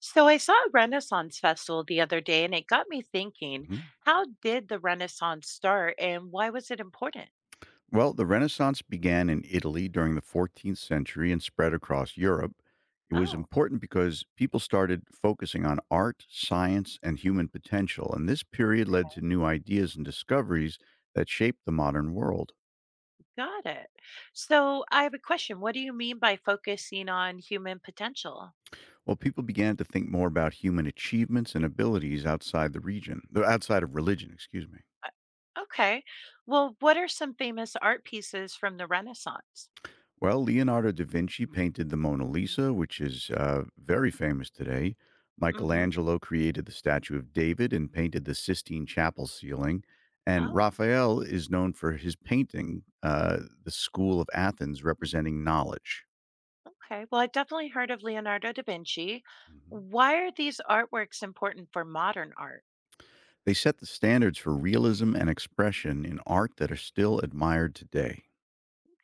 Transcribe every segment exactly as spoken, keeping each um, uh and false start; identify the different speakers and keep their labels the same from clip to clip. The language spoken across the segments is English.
Speaker 1: So I saw a Renaissance festival the other day and it got me thinking,
Speaker 2: Mhm.
Speaker 1: how did the Renaissance start and why was it important?
Speaker 2: Well, the Renaissance began in Italy during the fourteenth century and spread across Europe. It was
Speaker 1: Oh,
Speaker 2: important because people started focusing on art, science, and human potential, and this period led to new ideas and discoveries that shaped the modern world.
Speaker 1: got it. So I have a question. What do you mean by focusing on human potential?
Speaker 2: Well, people began to think more about human achievements and abilities outside the region, the outside of religion, excuse me.
Speaker 1: Uh, Okay. Well, what are some famous art pieces from the Renaissance?
Speaker 2: Well, Leonardo da Vinci painted the Mona Lisa, which is uh, very famous today.
Speaker 1: Mm-hmm.
Speaker 2: Michelangelo created the statue of David and painted the Sistine Chapel ceiling. And
Speaker 1: Oh,
Speaker 2: Raphael is known for his painting, uh, The School of Athens, representing knowledge.
Speaker 1: okay. Well, I definitely heard of Leonardo da Vinci.
Speaker 2: Hmm.
Speaker 1: Why are these artworks important for modern art?
Speaker 2: They set the standards for realism and expression in art that are still admired today.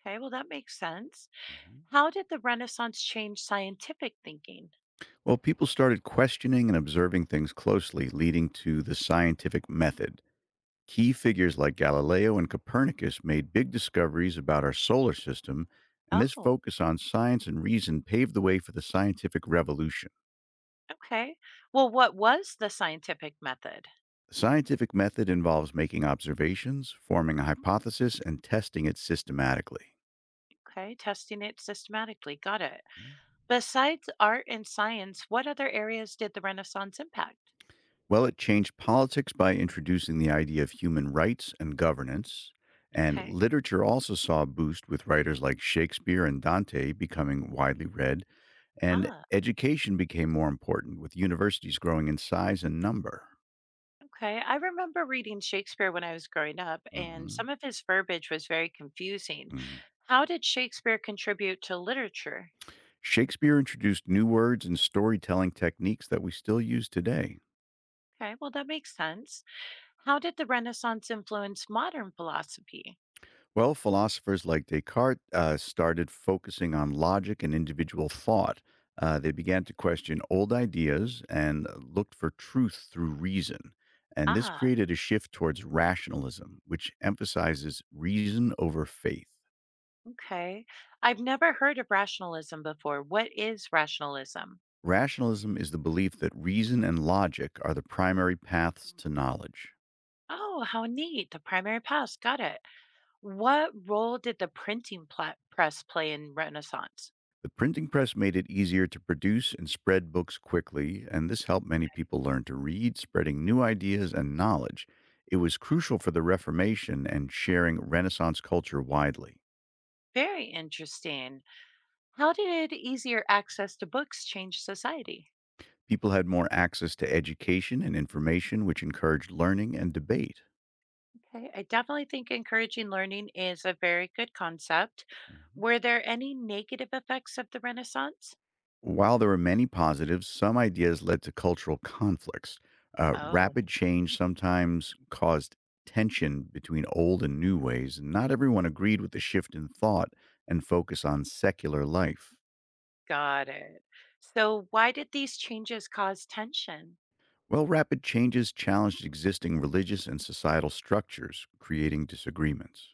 Speaker 1: Okay, well, that makes sense.
Speaker 2: Hmm.
Speaker 1: How did the Renaissance change scientific thinking?
Speaker 2: Well, people started questioning and observing things closely, leading to the scientific method. Key figures like Galileo and Copernicus made big discoveries about our solar system, and this
Speaker 1: Oh,
Speaker 2: focus on science and reason paved the way for the scientific revolution.
Speaker 1: okay. Well, what was the scientific method?
Speaker 2: The scientific method involves making observations, forming a hypothesis, and testing it systematically.
Speaker 1: Okay, testing it systematically. Got it. Besides art and science, what other areas did the Renaissance impact?
Speaker 2: Well, it changed politics by introducing the idea of human rights and governance, and
Speaker 1: Okay.
Speaker 2: literature also saw a boost with writers like Shakespeare and Dante becoming widely read. And
Speaker 1: Ah,
Speaker 2: education became more important, with universities growing in size and number.
Speaker 1: okay. I remember reading Shakespeare when I was growing up, and
Speaker 2: Mhm,
Speaker 1: some of his verbiage was very confusing.
Speaker 2: mhm.
Speaker 1: How did Shakespeare contribute to literature?
Speaker 2: Shakespeare introduced new words and storytelling techniques that we still use today.
Speaker 1: Okay, well, that makes sense. How did the Renaissance influence modern philosophy?
Speaker 2: Well, philosophers like Descartes uh, started focusing on logic and individual thought. Uh, they began to question old ideas and looked for truth through reason. And this
Speaker 1: Ah,
Speaker 2: created a shift towards rationalism, which emphasizes reason over faith.
Speaker 1: Okay. I've never heard of rationalism before. What is rationalism?
Speaker 2: Rationalism is the belief that reason and logic are the primary paths to knowledge.
Speaker 1: Oh, how neat. The primary past. Got it. What role did the printing pla- press play in Renaissance?
Speaker 2: The printing press made it easier to produce and spread books quickly, and this helped many
Speaker 1: Okay.
Speaker 2: people learn to read, spreading new ideas and knowledge. It was crucial for the Reformation and sharing Renaissance culture widely.
Speaker 1: Very interesting. How did easier access to books change society?
Speaker 2: People had more access to education and information, which encouraged learning and debate.
Speaker 1: Okay. I definitely think encouraging learning is a very good concept.
Speaker 2: Mhm.
Speaker 1: Were there any negative effects of the Renaissance?
Speaker 2: While there were many positives, some ideas led to cultural conflicts. Uh,
Speaker 1: Oh,
Speaker 2: rapid change sometimes caused tension between old and new ways, and not everyone agreed with the shift in thought and focus on secular life.
Speaker 1: got it. So, why did these changes cause tension?
Speaker 2: Well, rapid changes challenged existing religious and societal structures, creating disagreements.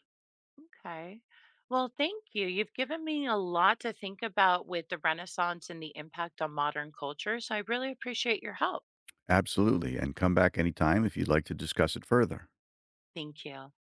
Speaker 1: Okay. Well, thank you. You've given me a lot to think about with the Renaissance and the impact on modern culture. So I really appreciate your help.
Speaker 2: Absolutely, and come back anytime if you'd like to discuss it further.
Speaker 1: Thank you.